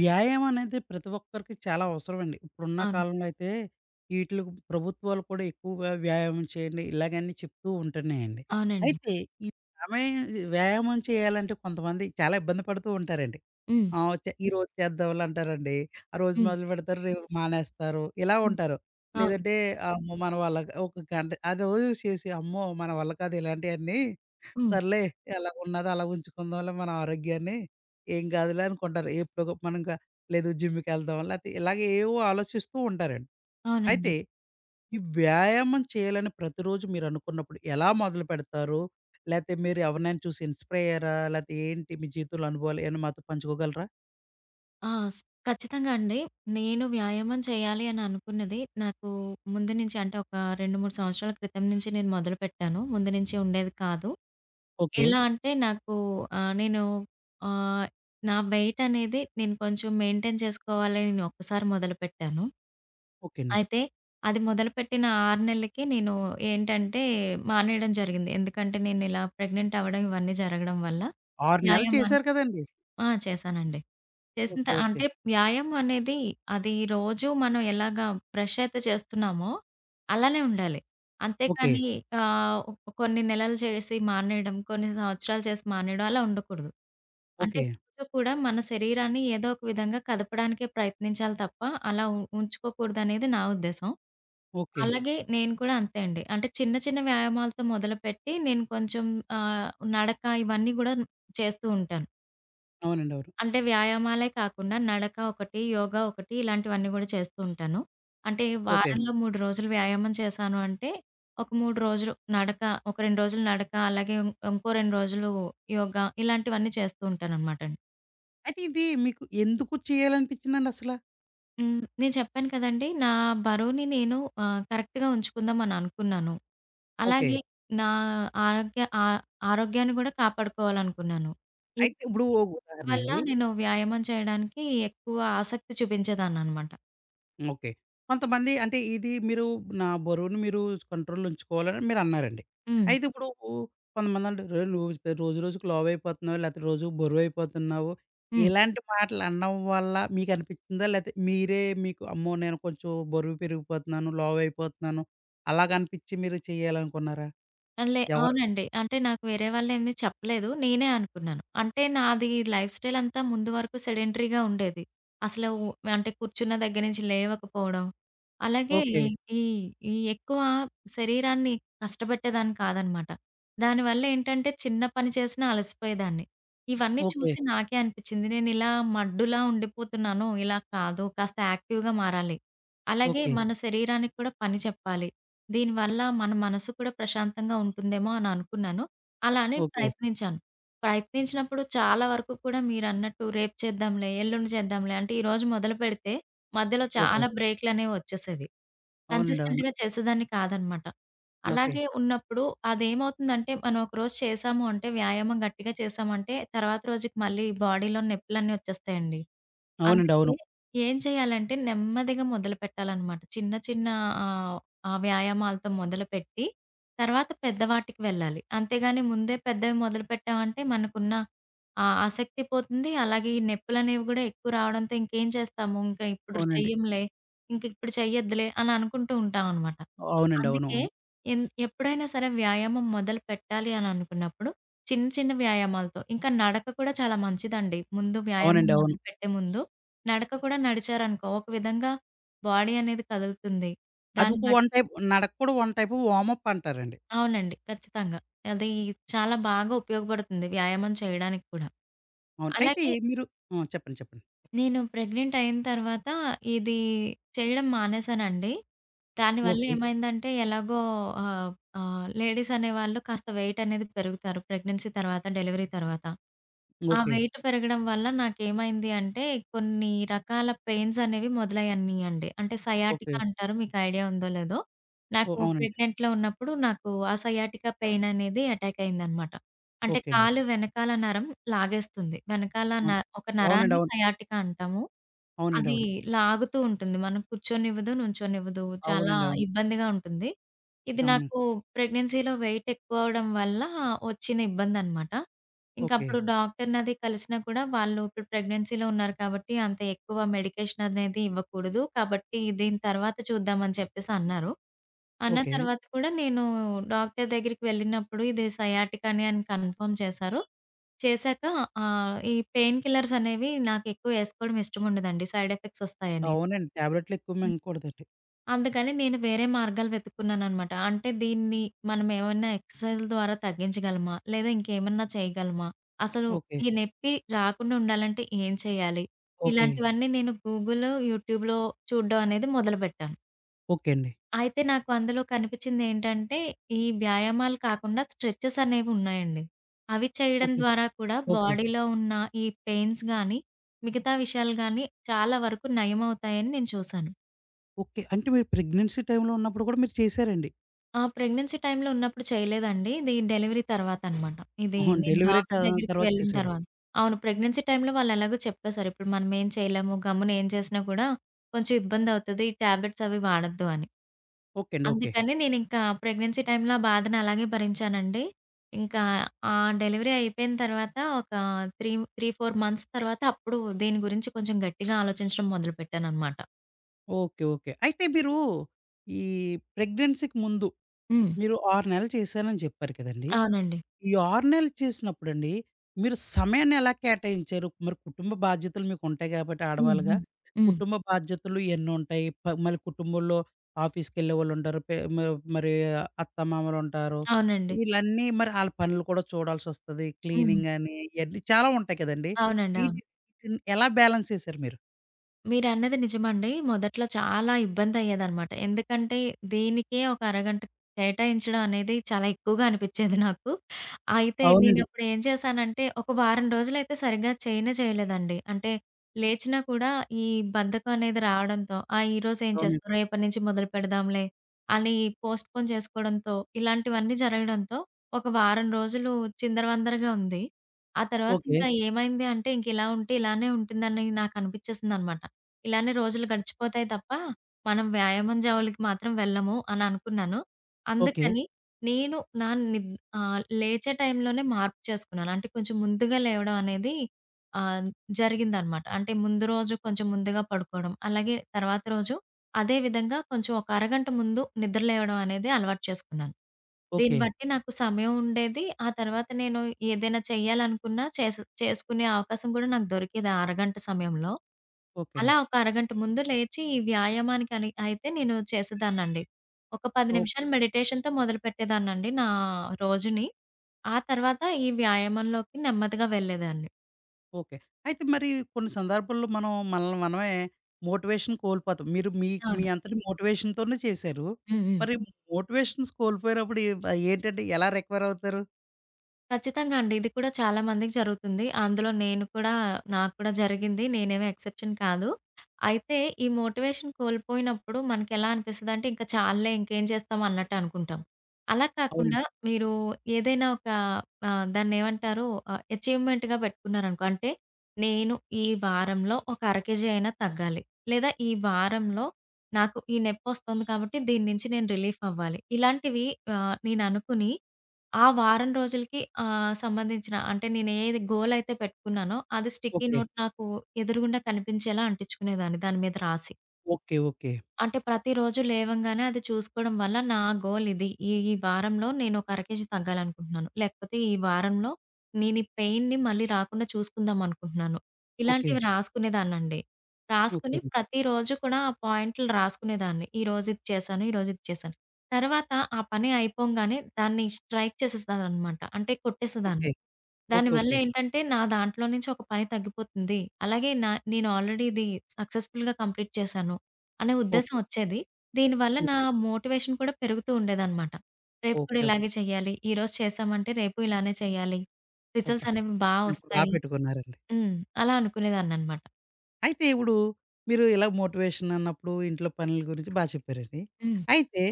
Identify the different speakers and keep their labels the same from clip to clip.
Speaker 1: వ్యాయామం అనేది ప్రతి ఒక్కరికి చాలా అవసరమండి. ఇప్పుడున్న
Speaker 2: అవును.
Speaker 1: కాలంలో అయితే ఈట్లికి ప్రభుత్వాలు కూడా ఎక్కువగా వ్యాయామం చేయండి ఇలాగన్నీ చెప్తూ ఉంటున్నాయండి.
Speaker 2: అవునండి.
Speaker 1: అయితే ఈ సమయం వ్యాయామం చేయాలంటే కొంతమంది చాలా ఇబ్బంది పడుతూ ఉంటారండి.
Speaker 2: హ్మ్.
Speaker 1: ఆహ్, చే ఈరోజు చేద్దాంలే అంటారండి. ఆ రోజు
Speaker 2: హ్మ్.
Speaker 1: మొదలుపెడతారు, రేపు మానేస్తారు. ఇలా
Speaker 2: హ్మ్.
Speaker 1: ఉంటారు.
Speaker 2: అవును.
Speaker 1: లేదంటే అమ్మో! మన వల్ల ఒక గంట ఆ రోజు చేసి అమ్మో! మన వల్ల కాదు ఇలాంటియన్నీ
Speaker 2: హ్మ్.
Speaker 1: సర్లే ఎలా ఉన్నదో అలా ఉంచుకుందాంలే మన ఆరోగ్యాన్ని, ఏం కాదులే అనుకుంటారు. ఎప్పుడో మనం ఇంకా లేదు జిమ్‌కి వెళ్దాం లేతే ఇలాగ ఏవో ఆలోచిస్తూ ఉంటారండి.
Speaker 2: అవునండి.
Speaker 1: అయితే ఈ వ్యాయామం చేయాలని ప్రతిరోజు మీరనుకున్నప్పుడు ఎలా మొదలుపెడతారు? లేతే మీరు ఎవరినైనా చూసి ఇన్‌స్పైర్ అయ్యారా? లేతే ఏంటి మీ జీవితంలో అనుభవాలు ఏమైనా మాతో పంచుకోగలరా?
Speaker 2: ఆ! స్ ఖచ్చితంగా అండి. నేను వ్యాయామం చేయాలి అని అనుకున్నది నాకు ముందు నుంచి అంటే ఒక 2, 3 సంవత్సరాల క్రితం నుంచి నేను మొదలుపెట్టాను. ముందు నుంచి ఉండేది కాదు.
Speaker 1: ఓకే.
Speaker 2: ఎలా అంటే నాకు నేను ఆహ్, నా వెయిట్ అనేది నేను కొంచెం మెయింటైన్ చేసుకోవాలి అని నేను ఒక్కసారి మొదలుపెట్టాను.
Speaker 1: ఓకే అండి.
Speaker 2: అయితే అది మొదలుపెట్టిన 6 నెలలకి నేను ఏంటంటే మానేయడం జరిగింది. ఎందుకంటే నేనిలా ప్రెగ్నెంట్ అవ్వడం ఇవన్నీ జరగడం వల్ల.
Speaker 1: 6 నెలలు
Speaker 2: వ్యాయామానికి
Speaker 1: చేశారు కదండీ!
Speaker 2: ఆ! చేశానండి. చేసిన
Speaker 1: ఓకే. ఓకే.
Speaker 2: అంటే వ్యాయామం అనేది అది రోజు మనం ఎలాగా బ్రష్ అయితే చేస్తున్నామో అలానే ఉండాలి.
Speaker 1: ఓకే.
Speaker 2: అంతేకాని ఆహ్, కొన్ని నెలలు చేసి మానేయడం, కొన్ని సంవత్సరాలు చేసి మానేయడం అలా ఉండకూడదు. అంటే
Speaker 1: ఓకే.
Speaker 2: రోజు కూడా మన శరీరాన్ని ఏదో ఒక విధంగా కదపడానికే ప్రయత్నించాలి తప్ప అలా ఉంచుకోకూడదనేది నా ఉద్దేశం.
Speaker 1: ఓకే.
Speaker 2: అలాగే నేను కూడా అంతే అండి. అంటే చిన్న చిన్న వ్యాయామాలతో మొదలుపెట్టి నేను కొంచెం ఆహ్, నడక ఇవన్నీ గూడా చేస్తూ ఉంటాను.
Speaker 1: అవునండి. అవును.
Speaker 2: అంటే వ్యాయామాలే కాకుండా నడక ఒకటి, యోగా ఒకటి ఇలాంటివన్నీ గూడా చేస్తూ ఉంటాను. అంటే
Speaker 1: ఓకే.
Speaker 2: వారంలో 3 రోజులు వ్యాయామం చేశాను అంటే, ఒక 3 రోజులు నడక, ఒక 2 రోజులు నడక, అలాగే ఇంకో 2 రోజులు యోగా ఇలాంటివన్నీ చేస్తూ ఉంటాననమాట.
Speaker 1: అయితే ఇది మీకు ఎందుకు చేయాలనిపించిందండి అసల?
Speaker 2: హ్మ్. నేను చెప్పాను కదండీ! నా బరువుని నేను కరెక్ట్‌గా ఉంచుకుందాం అని అనుకున్నాను.
Speaker 1: ఓకే.
Speaker 2: అలాగే నా ఆరోగ్య ఆ ఆరోగ్యాన్ని గూడా కాపాడుకోవాలనుకున్నాను. ఈ
Speaker 1: అయితే ఇప్పుడు
Speaker 2: వీటి
Speaker 1: ఓ
Speaker 2: వల్ల
Speaker 1: ఉదాహరణండి.
Speaker 2: నేను వ్యాయామం చేయడానికి ఎక్కువ ఆసక్తి చూపించేదాన్ననమాట.
Speaker 1: ఓకే. కొంతమంది అంటే ఇది మీరు నా బరువును మీరు కంట్రోల్‌లో ఉంచుకోవాలని మీరన్నారండి.
Speaker 2: హ్మ్.
Speaker 1: అయితే ఇప్పుడు కొంతమందంటారు, "రేయ్! నువ్వు రోజు రోజుకి లావయిపోతున్నావు. లేతే రోజు బరువయిపోతున్నావు."
Speaker 2: హ్మ్.
Speaker 1: ఇలాంటి మాటలు అనడం వల్ల మీకనిపిచ్చిందా? లేతే మీరే మీకు అమ్మో! నేను కొంచెం బరువు పెరిగిపోతున్నాను, లావయిపోతున్నాను అలాగనిపిచ్చి మీరు చేయాలనుకున్నారా? ఎవరు
Speaker 2: అవునండి. అంటే నాకు వేరే వాళ్ళేమి చెప్పలేదు. నేనే అనుకున్నాను. అంటే నాది లైఫ్ స్టైల్ అంతా ముందు వరకు సెడెంటరీగా ఉండేది. అసలు అంటే కూర్చున్న దగ్గర నుంచి లేవకపోవడం. అలాగే
Speaker 1: ఓకే.
Speaker 2: ఈ ఈ ఎక్కువ శరీరాన్ని కష్టపెట్టేదాన్ని కాదనమాట. దానివల్ల ఏంటంటే చిన్న పని చేసినా అలసిపోయేదాన్ని. ఇవన్నీ
Speaker 1: ఓకే.
Speaker 2: చూసి నాకే అనిపిచ్చింది. నేనిలా మడ్డులా ఉండిపోతున్నాను. ఇలా కాదు. కాస్త యాక్టివ్‌గా మారాలి. అలాగే
Speaker 1: ఓకే.
Speaker 2: మన శరీరానికి కూడా పని చెప్పాలి. దీనివల్ల మన మనసు కూడా ప్రశాంతంగా ఉంటుందేమో అని అనుకున్నాను. అలా అని
Speaker 1: ఓకే.
Speaker 2: ప్రయత్నించాను. ప్రయత్నించినప్పుడు చాలా వరకు కూడా మీరన్నట్టు రేపు చేద్దాంలే, ఎల్లుండి చేద్దాంలే అంటే ఈరోజు మొదలుపెడితే మధ్యలో
Speaker 1: ఓకే.
Speaker 2: చాలా బ్రేకులనేవి వచ్చేసేవి.
Speaker 1: అవునండి. అవును.
Speaker 2: కన్సిస్టెంట్‌గా చేసేదాన్ని కాదనమాట.
Speaker 1: ఓకే.
Speaker 2: అలాగే ఉన్నప్పుడు అదేమవుతుందంటే మనం ఒకరోజు చేశాము అంటే వ్యాయామం గట్టిగా చేశామంటే తర్వాత రోజుకి మళ్ళీ బాడీలో నొప్పులన్నీ వచ్చేస్తాయండి.
Speaker 1: అవునండి.
Speaker 2: అందుకే
Speaker 1: అవును.
Speaker 2: ఏం చేయాలంటే నెమ్మదిగా మొదలుపెట్టాలనమాట. చిన్న చిన్న ఆహ్ ఆ వ్యాయామాలతో మొదలుపెట్టి, తర్వాత పెద్దవాటికి వెళ్ళాలి. అంతేగాని ముందే పెద్దవి మొదలుపెట్టామంటే మనకున్న ఆ ఆసక్తి పోతుంది. అలాగే ఈ నొప్పులనేవి గూడా ఎక్కువ రావడంతో ఇంకేం చేస్తాము, ఇంక ఇప్పుడు
Speaker 1: అవునండి.
Speaker 2: చెయ్యంలే, ఇంక ఇప్పుడు చెయ్యొద్దులే అని అనుకుంటూ ఉంటామనమాట.
Speaker 1: అవునండి. అవును.
Speaker 2: అందుకే
Speaker 1: అవును.
Speaker 2: ఎప్పుడైనా సరే వ్యాయామం మొదలు పెట్టాలి అని అనుకున్నప్పుడు చిన్న చిన్న వ్యాయామాలతో ఇంకా నడక కూడా చాలా మంచిదండి. ముందు వ్యాయామం
Speaker 1: అవునండి. అవును.
Speaker 2: మొదలుపెట్టే ముందు నడక కూడా నడిచారనుకో, ఒక విధంగా బాడీ అనేది కదులుతుంది.
Speaker 1: అది
Speaker 2: దాన్ని
Speaker 1: ఒక వన్
Speaker 2: బట్టి
Speaker 1: టైప్, నడక కూడా వన్ టైప్ వార్మప్ అంటారండి.
Speaker 2: అవునండి. ఖచ్చితంగా. అది చాలా బాగా ఉపయోగపడుతుంది వ్యాయామం చేయడానికి కూడా.
Speaker 1: అవును. అయితే
Speaker 2: అలాగే
Speaker 1: మీరు ఆ! చెప్పండి. చెప్పండి.
Speaker 2: నేను ప్రెగ్నెంట్ అయిన తర్వాత ఇది చేయడం మానేశానండి. దానివల్ల
Speaker 1: ఓకే.
Speaker 2: ఏమైందంటే ఎలాగో ఆహ్, ఆహ్, లేడీస్ అనేవాళ్ళు కాస్త వెయిట్ అనేది పెరుగుతారు ప్రెగ్నెన్సీ తర్వాత, డెలివరీ తర్వాత. ఆ
Speaker 1: ఓకే.
Speaker 2: వెయిట్ పెరగడం వల్ల నాకేమైంది అంటే కొన్ని రకాల పెయిన్స్ అనేవి మొదలయ్యాయండి. అంటే
Speaker 1: ఓకే.
Speaker 2: సయాటికా అంటారు. మీకు ఐడియా ఉందో లేదో.
Speaker 1: ఓహ్!
Speaker 2: నాకు
Speaker 1: అవునండి.
Speaker 2: ప్రెగ్నెంట్‌లో ఉన్నప్పుడు నాకు ఆ సయాటికా పెయిన్ అనేది అటాక్ అయిందనమాట. అంటే
Speaker 1: ఓకే అండి.
Speaker 2: కాలు వెనకాల నరం లాగేస్తుంది. వెనకాల
Speaker 1: అవును.
Speaker 2: ఒక
Speaker 1: అవునండి.
Speaker 2: నరాన్ని
Speaker 1: అవును.
Speaker 2: సయాటిక అంటాము.
Speaker 1: అవునండి.
Speaker 2: అది
Speaker 1: అవును.
Speaker 2: లాగుతూ ఉంటుంది. మనం కూర్చొనివ్వదు, నుంచోనివ్వదు. చాలా
Speaker 1: అవునండి. అవును.
Speaker 2: ఇబ్బందిగా ఉంటుంది. ఇది
Speaker 1: అవును.
Speaker 2: నాకు ప్రెగ్నెన్సీలో వెయిట్ ఎక్కువ అవ్వడం వల్ల వచ్చిన ఇబ్బందనమాట.
Speaker 1: ఓకే.
Speaker 2: ఇంకప్పుడు డాక్టర్‌నది కలిసినా కూడా వాళ్ళు ఇప్పుడు ప్రెగ్నెన్సీలో ఉన్నారు కాబట్టి అంత ఎక్కువ మెడికేషన్ అనేది ఇవ్వకూడదు. కాబట్టి దీని తర్వాత చూద్దాం అని చెప్పేసి అన్నారు. అన్న
Speaker 1: ఓకే.
Speaker 2: తర్వాత కూడా నేను డాక్టర్ దగ్గరికి వెళ్ళినప్పుడు ఇది సయాటికానే అని కన్ఫర్మ్ చేశారు. చేశాక ఈ పెయిన్ కిల్లర్స్ అనేవి నాకెక్కువ ఏసుకోవడం ఇష్టముండదండి. Side effects ఒస్తాయని.
Speaker 1: అవునండి. టాబ్లెట్లు ఎక్కువ
Speaker 2: హ్మ్.
Speaker 1: మింగకూడదండి.
Speaker 2: అందుకని నేను వేరే మార్గాలు వెతుక్కున్నాననమాట. అంటే దీన్ని మనం ఏమన్నా ఎక్సర్‌సైజ్‌ల ద్వారా తగ్గించగలమా? లేదా ఇంకేమన్నా చేయగలమా? అసలు
Speaker 1: ఓకే.
Speaker 2: ఈ నొప్పి రాకుండా ఉండాలంటే ఏం చేయాలి?
Speaker 1: ఓకే.
Speaker 2: ఇలాంటివన్నీ నేను గూగుల్, యూట్యూబ్‌లో చూడడం అనేది మొదలుపెట్టా.
Speaker 1: ఓకే అండి.
Speaker 2: అయితే నాకు అందులో కనిపించిందేంటంటే, ఈ వ్యాయామాలు కాకుండా స్ట్రెచెస్ అనేవున్నాయండి. అవి చేయడం
Speaker 1: ఓకే.
Speaker 2: ద్వారా కూడా
Speaker 1: ఓకే.
Speaker 2: బాడీలో ఉన్న ఈ పెయిన్స్ గానీ, మిగతా విషయాలు గానీ చాలా వరకు నయమవుతాయని నేను చూశాను.
Speaker 1: ఓకే. అంటే మీరు ప్రెగ్నెన్సీ టైమ్‌లో ఉన్నప్పుడు కూడా మీరు చేసారండి.
Speaker 2: ఆ! ప్రెగ్నెన్సీ టైమ్‌లో ఉన్నప్పుడు చేయలేదండి. ఇది డెలివరీ తర్వాతనమాట. ఇది
Speaker 1: ఆహా!
Speaker 2: నేను
Speaker 1: డెలివరీ
Speaker 2: డాక్టర్ దగ్గరికి
Speaker 1: తర్వాత
Speaker 2: వెళ్ళిన
Speaker 1: చేసారు.
Speaker 2: తర్వాత. అవును. ప్రెగ్నెన్సీ టైమ్‌లో వాళ్ళెలాగో చెప్పేశారు. ఇప్పుడు మనమేం చేయలేము. గమ్మున ఏం చేసినా కూడా కొంచెం ఇబ్బందవుతది. టాబ్లెట్స్ అవి వాడొద్దు అని.
Speaker 1: ఓకే అండి. ఓకే.
Speaker 2: అందుకని నేనింకా ప్రెగ్నెన్సీ టైంలో ఆ బాధను అలాగే భరించానండి. ఇంకా ఆ డెలివరీ అయిపోయిన తర్వాత ఒక 3, 3, 4 మంత్స్ తర్వాత అప్పుడు దీని గురించి కొంచెం గట్టిగా ఆలోచించడం మొదలుపెట్టాననమాట.
Speaker 1: ఓకే. ఓకే. అయితే మీరు ఈ ప్రెగ్నెన్సీకి ముందు
Speaker 2: హ్మ్.
Speaker 1: మీరు 6 నెలలు చేశానని చెప్పారు కదండీ!
Speaker 2: అవునండి.
Speaker 1: ఈ 6 నెలలు చేసినప్పుడండి, మీరు సమయాన్ని ఎలా కేటాయించారు? మరి కుటుంబ బాధ్యతలు మీకుంటాయి గాబట్టి
Speaker 2: హ్మ్.
Speaker 1: ఆడవాళ్ళుగా,
Speaker 2: హ్మ్. హ్మ్.
Speaker 1: కుటుంబ బాధ్యతలు ఎన్నుంటాయి? మళ్ళీ కుటుంబంలో ఆఫీస్‌కెళ్ళేవాళ్ళుంటారు. పె మ మరి అత్తమామలుంటారు.
Speaker 2: అవునండి.
Speaker 1: ఈళ్ళన్నీ మరి ఆళ్ళ పనులు కూడా చూడాల్సొస్తది.
Speaker 2: హ్మ్.
Speaker 1: క్లీనింగ్ అని, ఇయన్నీ చాలా ఉంటాయి కదండీ!
Speaker 2: అవునండి.
Speaker 1: ఈటి
Speaker 2: అవును.
Speaker 1: ఈటిని ఎలా బ్యాలెన్స్ చేశారు మీరు?
Speaker 2: మీరన్నది నిజమండి. మొదట్లో చాలా ఇబ్బందయ్యేదనమాట. ఎందుకంటే దీనికే ఒక అరగంట కేటాయించడం అనేది చాలా ఎక్కువగా అనిపిచ్చేది నాకు. అయితే
Speaker 1: అవునండి.
Speaker 2: నేనప్పుడు ఏం చేశానంటే ఒక వారం రోజులైతే సరిగ్గా చేయనే చేయలేదండి. అంటే లేచినా కూడా ఈ బద్ధకం అనేది రావడంతో ఆ! ఈరోజు ఏం
Speaker 1: అవునండి.
Speaker 2: చేస్తాం రేపటి నుంచి మొదలు పెడదాంలే అని పోస్ట్‌పోన్ చేసుకోవడంతో ఇలాంటివన్నీ జరగడంతో ఒక వారం రోజులు చిందరవందరగా ఉంది. ఆ తర్వాత
Speaker 1: ఓకే.
Speaker 2: ఇంకా ఏమైంది అంటే ఇంక ఇలా ఉంటే ఇలానే ఉంటుందని నాకు అనిపిచ్చేసిందనమాట. ఇలానే రోజులు గడిచిపోతాయి తప్ప, మనం వ్యాయామం జోలికి మాత్రం వెళ్ళము అని అనుకున్నాను.
Speaker 1: ఓకే.
Speaker 2: అందుకని నేను నా లేచే టైంలోనే మార్పు చేసుకున్నాను. అంటే కొంచెం ముందుగా లేవడం అనేది ఆహ్, జరిగిందనమాట. అంటే ముందు రోజు కొంచెం ముందుగా పడుకోవడం, అలాగే తర్వాత రోజు అదే విధంగా కొంచెం ఒక అరగంట ముందు నిద్ర లేవడం అనేది అలవాటు చేసుకున్నాను. దీన్ని
Speaker 1: ఓకే.
Speaker 2: బట్టి నాకు సమయం ఉండేది. ఆ తర్వాత నేను ఏదైనా చేయాలనుకున్నా చేసుకునే అవకాశం కూడా నాకు దొరికేది ఆ అరగంట సమయంలో.
Speaker 1: ఓకే
Speaker 2: అలా
Speaker 1: అండి.
Speaker 2: ఒక అరగంట ముందు లేచి ఈ వ్యాయామానికి అని అయితే నేను చేసేదాన్నండి. ఒక 10
Speaker 1: ఓకే.
Speaker 2: నిమిషాలు మెడిటేషన్‌తో మొదలుపెట్టేదాన్నండి నా రోజుని. ఆ తర్వాత ఈ వ్యాయామంలోకి నెమ్మదిగా వెళ్ళేదాన్ని.
Speaker 1: ఓకే. అయితే మరి కొన్ని సందర్భాల్లో మనం మనల్ని మనమే మోటివేషన్ కోల్పోతాం. మీరు మీ మీ
Speaker 2: అవును.
Speaker 1: అంతటి మోటివేషన్‌తోనే చేశారు.
Speaker 2: హ్మ్. హ్మ్.
Speaker 1: మరి మోటివేషన్స్ కోల్పోయినప్పుడు ఏంటంటే ఎలా రికవర్ అవుతారు?
Speaker 2: ఖచ్చితంగా అండి. ఇది కూడా చాలా మందికి జరుగుతుంది. అందులో నేను కూడా నాకు కూడా జరిగింది. నేనేమి ఎక్సెప్షన్ కాదు. అయితే ఈ మోటివేషన్ కోల్పోయినప్పుడు మనకెలా అనిపిస్తదంటే ఇంక చాలులే ఇంకేం చేస్తాం అన్నట్టు అనుకుంటాం. అలా కాకుండా
Speaker 1: అవునండి.
Speaker 2: మీరు ఏదైనా ఒక దాన్నేమంటారు అచీవ్‌మెంట్‌గా పెట్టుకున్నారనుకో అంటే నేను ఈ వారంలో ఒక అర కేజీ అయినా తగ్గాలి. లేదా ఈ వారంలో నాకు ఈ నొప్పొస్తుంది కాబట్టి దీని నుంచి నేను రిలీఫ్ అవ్వాలి. ఇలాంటివి నేననుకుని ఆ వారం రోజులకి సంబంధించిన అంటే నేనేది గోల్ అయితే పెట్టుకున్నానో, అది స్టిక్కీ
Speaker 1: ఓకే.
Speaker 2: నోట్ నాకు ఎదురుగుండా కనిపించేలా అంటించుకునేదాన్ని దాని మీద రాసి.
Speaker 1: ఓకే.
Speaker 2: అంటే ప్రతిరోజు లేవంగానే అది చూసుకోవడం వల్ల నా గోల్ ఇది. ఈ ఈ వారంలో నేను ఒక అర కేజీ తగ్గాలనుకుంటున్నాను. లేకపోతే ఈ వారంలో నేను ఈ పెయిన్‌ని మళ్ళీ రాకుండా చూసుకుందాం అనుకుంటున్నాను.
Speaker 1: ఓకే.
Speaker 2: ఇలాంటివి రాసుకునేదాన్నండి. రాసుకొని
Speaker 1: ఓకే.
Speaker 2: ప్రతిరోజు కూడా ఆ పాయింట్లు రాసుకునేదాన్ని. ఈరోజు ఇది చేశాను, ఈరోజు ఇది చేశాను. తర్వాత ఆ పని అయిపోంగానే దాన్ని స్ట్రైక్ చేసేస్తాననమాట. అంటే కొట్టేసేదాన్ని.
Speaker 1: ఓకే. ఓకే.
Speaker 2: దానివల్ల
Speaker 1: ఓకే.
Speaker 2: ఏంటంటే నా దాంట్లో నుంచి ఒక పని తగ్గిపోతుంది. అలాగే నా నేను ఆల్రెడీ ఇది సక్సెస్‌ఫుల్‌గా కంప్లీట్ చేశాను. అనే ఉద్దేశం
Speaker 1: ఓకే.
Speaker 2: ఒచ్చేది. దీనివల్ల నా
Speaker 1: ఓకే.
Speaker 2: మోటివేషన్ కూడా పెరుగుతూ ఉండేదనమాట. రేపు కూడా
Speaker 1: ఓకే. ఓకే.
Speaker 2: ఇలాగే చేయాలి. ఈరోజు చేశామంటే రేపు ఇలానే చేయాలి.
Speaker 1: అబ్బా!
Speaker 2: రిజల్ట్స్ అనేవి
Speaker 1: మంచి బా
Speaker 2: ఒస్తాయి.
Speaker 1: పెట్టుకున్నారండి.
Speaker 2: హ్మ్. అలా అనుకునేదాన్ననమాట.
Speaker 1: అయితే ఇప్పుడు మీరు ఇలా మోటివేషన్ అన్నప్పుడు ఇంట్లో పనుల గురించి బా చెప్పారండి.
Speaker 2: హ్మ్.
Speaker 1: అయితే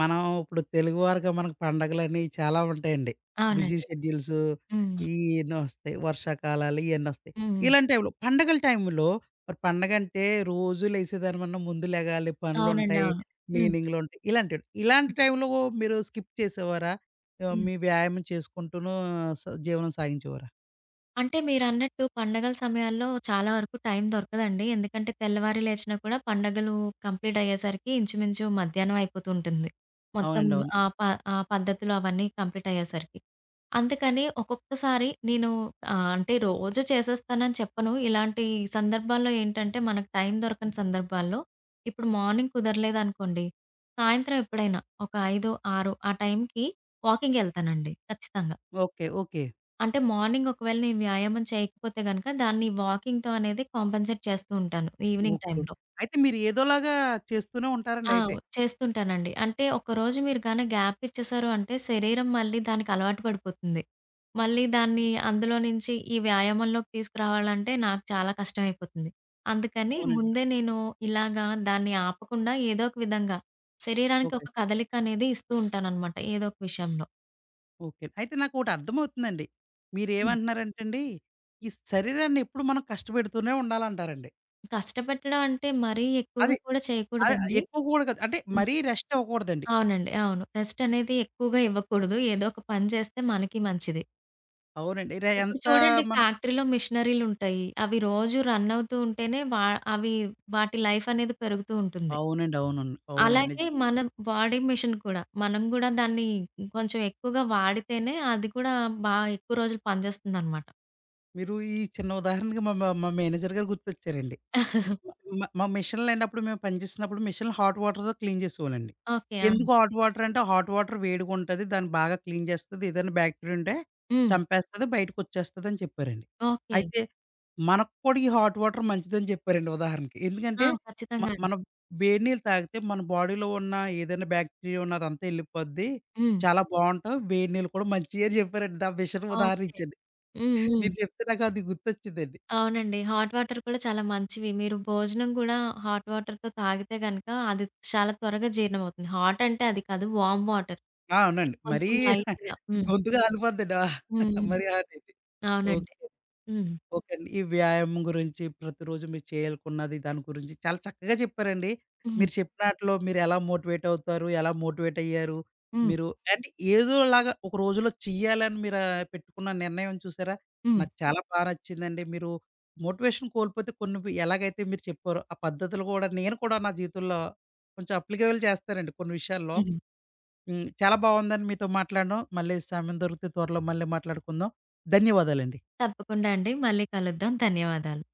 Speaker 1: మనం ఇప్పుడు తెలుగువారుగా మనకు పండగలని చాలా ఉంటాయండి. బిజీ
Speaker 2: అవునండి.
Speaker 1: షెడ్యూల్స్
Speaker 2: హ్మ్.
Speaker 1: ఇయన్నొస్తాయి. వర్షాకాలాలు ఇయన్నొస్తాయి.
Speaker 2: హ్మ్. హ్మ్.
Speaker 1: ఇలాంటి టైంలో పండగల టైంలో మరి పండగంటే రోజు లేసేదానికన్నా ముందు లెగాలి.
Speaker 2: అవునండి.
Speaker 1: పనులుంటాయి.
Speaker 2: అవును. హ్మ్.
Speaker 1: క్లీనింగ్‌లుంటాయి. ఇలాంటివి. ఇలాంటి ఇలాంటి టైంలో మీరు స్కిప్ చేసేవారా?
Speaker 2: హ్మ్.
Speaker 1: మీ వ్యాయామం చేసుకుంటూను జీవనం సాగించేవారా?
Speaker 2: అంటే మీరన్నట్టు పండగల సమయాల్లో చాలా వరకు టైం దొరకదండి. ఎందుకంటే తెల్లవారి లేచినా కూడా పండగలు కంప్లీట్ అయ్యేసరికి ఇంచుమించు మధ్యాహ్నం అయిపోతూ ఉంటుంది. మొత్తం
Speaker 1: అవునండి. అవును.
Speaker 2: ఆ ప ఆ పద్ధతులు అవన్నీ కంప్లీట్ అయ్యేసరికి. అందుకని ఒక్కొక్కసారి నేను అంటే రోజు చేసేస్తానని చెప్పను. ఇలాంటి సందర్భాల్లో ఏంటంటే మనకు టైం దొరకని సందర్భాల్లో ఇప్పుడు మార్నింగ్ కుదరలేదనుకోండి, సాయంత్రం ఎప్పుడైనా ఒక 5, 6 ఆ టైంకి వాకింగ్‌కెళ్తానండి ఖచ్చితంగా.
Speaker 1: ఓకే. ఓకే.
Speaker 2: అంటే మార్నింగ్ ఒకవేళ నేను వ్యాయామం చేయకపోతే గనక దాన్ని వాకింగ్‌తో అనేది కాంపెన్సేట్ చేస్తూ ఉంటాను ఈవినింగ్
Speaker 1: ఓకే. ఓకే.
Speaker 2: టైమ్‌లో.
Speaker 1: అయితే మీరు ఏదోలాగా చేస్తూనే ఉంటారండి
Speaker 2: ఆ!
Speaker 1: అయితే.
Speaker 2: చేస్తుంటానండి. అంటే ఒకరోజు మీరు గాని గ్యాప్ ఇచ్చేసారు అంటే శరీరం మళ్ళీ దానికి అలవాటు పడిపోతుంది. మళ్ళీ దాన్ని అందులో నుంచి ఈ వ్యాయామంలోకి తీసుకురావాలంటే నాకు చాలా కష్టమైపోతుంది. అందుకని
Speaker 1: అవునండి.
Speaker 2: ముందే నేను ఇలాగా దాన్ని ఆపకుండా ఏదో ఒక విధంగా శరీరానికి ఒక
Speaker 1: ఓకే.
Speaker 2: కదలిక అనేది ఇస్తూ ఉంటాననమాట ఏదో ఒక విషయంలో.
Speaker 1: ఓకే. అయితే నాకోటి అర్థమవుతుందండి.
Speaker 2: హ్మ్.
Speaker 1: మీరేమంటున్నారంటండి, ఈ శరీరాన్ని ఎప్పుడు మనం కష్టపెడుతూనే ఉండాలంటారండి.
Speaker 2: కష్టపెట్టడం అంటే మరీ ఎక్కువగా
Speaker 1: అది
Speaker 2: కూడా చేయకూడదండి.
Speaker 1: ఎక్కువ గూడా కాదు. అంటే మరీ రెస్ట్ ఇవ్వకూడదండి.
Speaker 2: అవునండి. అవును. రెస్ట్ అనేది ఎక్కువగా ఇవ్వకూడదు. ఏదో ఒక పని చేస్తే మనకి మంచిది.
Speaker 1: అవునండి.
Speaker 2: ఇప్పుడు
Speaker 1: ఎంత
Speaker 2: చూడండి
Speaker 1: మనం
Speaker 2: ఫ్యాక్టరీలో మిషనరీలుంటాయి. అవి రోజు రన్ అవుతూ ఉంటేనే అవి వాటి లైఫ్ అనేది పెరుగుతూ ఉంటుంది.
Speaker 1: అవునండి. అవునండి. అవునండి.
Speaker 2: అలాగే
Speaker 1: నిజంగా.
Speaker 2: మన బాడీ మెషిన్ కూడా. మనం కూడా దాన్ని కొంచెం ఎక్కువగా వాడితేనే అది కూడా ఎక్కువ రోజులు పనిచేస్తుందనమాట.
Speaker 1: మీరు ఈ చిన్న ఉదాహరణకి మా మా మా మేనేజర్ గారు గుర్తొచ్చారండి.
Speaker 2: ఓకే.
Speaker 1: మా మిషన్‌లు లేనప్పుడు మేము పని చేస్తున్నప్పుడు మిషన్‌లు హాట్ వాటర్‌తో క్లీన్ చేసేవాళ్ళండి.
Speaker 2: ఆ!
Speaker 1: ఎందుకు హాట్ వాటర్ అంటే హాట్ వాటర్ వేడిగుంటది. దాన్ని బాగా క్లీన్ చేస్తది. ఏదైనా బ్యాక్టీరియా ఉంటే
Speaker 2: హ్మ్.
Speaker 1: చంపేస్తది. బయటకొచ్చేస్తదని చెప్పారండి.
Speaker 2: ఓకే.
Speaker 1: అయితే మనకు కూడా ఈ హాట్ వాటర్ మంచిదని చెప్పారండి ఉదాహరణకి.
Speaker 2: ఆ!
Speaker 1: ఎందుకంటే మ
Speaker 2: ఖచ్చితంగా అండి.
Speaker 1: మనం వేడి నీళ్ళు తాగితే మన బాడీలో ఉన్న ఏదైనా బ్యాక్టీరియా ఉన్న అదంతా ఎళ్ళిపోద్ది.
Speaker 2: హ్మ్.
Speaker 1: చాలా బావుంటాం. వేడి నీళ్ళు కూడా మంచియే అని చెప్పారండి. మిషన్ ఉదాహరణ
Speaker 2: ఓకే.
Speaker 1: ఇచ్చారు.
Speaker 2: హ్మ్. హ్మ్.
Speaker 1: మీరు చెప్తే నాకు అది గుర్తొచ్చిందండి.
Speaker 2: అవునండి. హాట్ వాటర్ కూడా చాలా మంచివి. మీరు భోజనం గూడా హాట్ వాటర్‌తో తాగితే గనక అది చాలా త్వరగా జీర్ణమవుతుంది. హాట్ అంటే అది కాదు వార్మ్ వాటర్.
Speaker 1: ఆ!
Speaker 2: అంటే
Speaker 1: అవునండి. మరీ
Speaker 2: కొంచెం లైట్‌గా. హ్మ్.
Speaker 1: గొంతు కాలిపోద్దండి. ఆ!
Speaker 2: హ్మ్. హ్మ్.
Speaker 1: మరి ఆ టైపే.
Speaker 2: అవునండి.
Speaker 1: ఓకే.
Speaker 2: హ్మ్.
Speaker 1: ఓకే అండి. ఈ వ్యాయామం గురించి, ప్రతిరోజు మీరు చేయాలనుకున్నది దాని గురించి చాలా చక్కగా చెప్పారండి.
Speaker 2: హ్మ్.
Speaker 1: మీరు చెప్పినాటిలో మీరు ఎలా మోటివేట్ అవుతారు? ఎలా మోటివేట్ అయ్యారు?
Speaker 2: హ్మ్.
Speaker 1: మీరు అంటే ఏదోలాగా ఒక రోజులో చెయ్యాలని మీరు పెట్టుకున్న నిర్ణయం చూసారా?
Speaker 2: హ్మ్.
Speaker 1: నాకు చాలా బా నచ్చిందండి. మీరు మోటివేషన్ కోల్పోతే కొన్ని వి ఎలాగైతే మీరు చెప్పారో, ఆ పద్ధతులు కూడా నేను కూడా నా జీవితంలో కొంచెం అప్లికేబుల్ చేస్తానండి కొన్ని విషయాల్లో.
Speaker 2: హ్మ్.
Speaker 1: హ్మ్. చాలా బావుందండి మీతో మాట్లాడడం. మళ్ళీ సమయం దొరికితే త్వరలో మళ్ళీ మాట్లాడుకుందాం. ధన్యవాదాలండి.
Speaker 2: తప్పకుండా అండి. మళ్ళీ కలుద్దాం. ధన్యవాదాలు.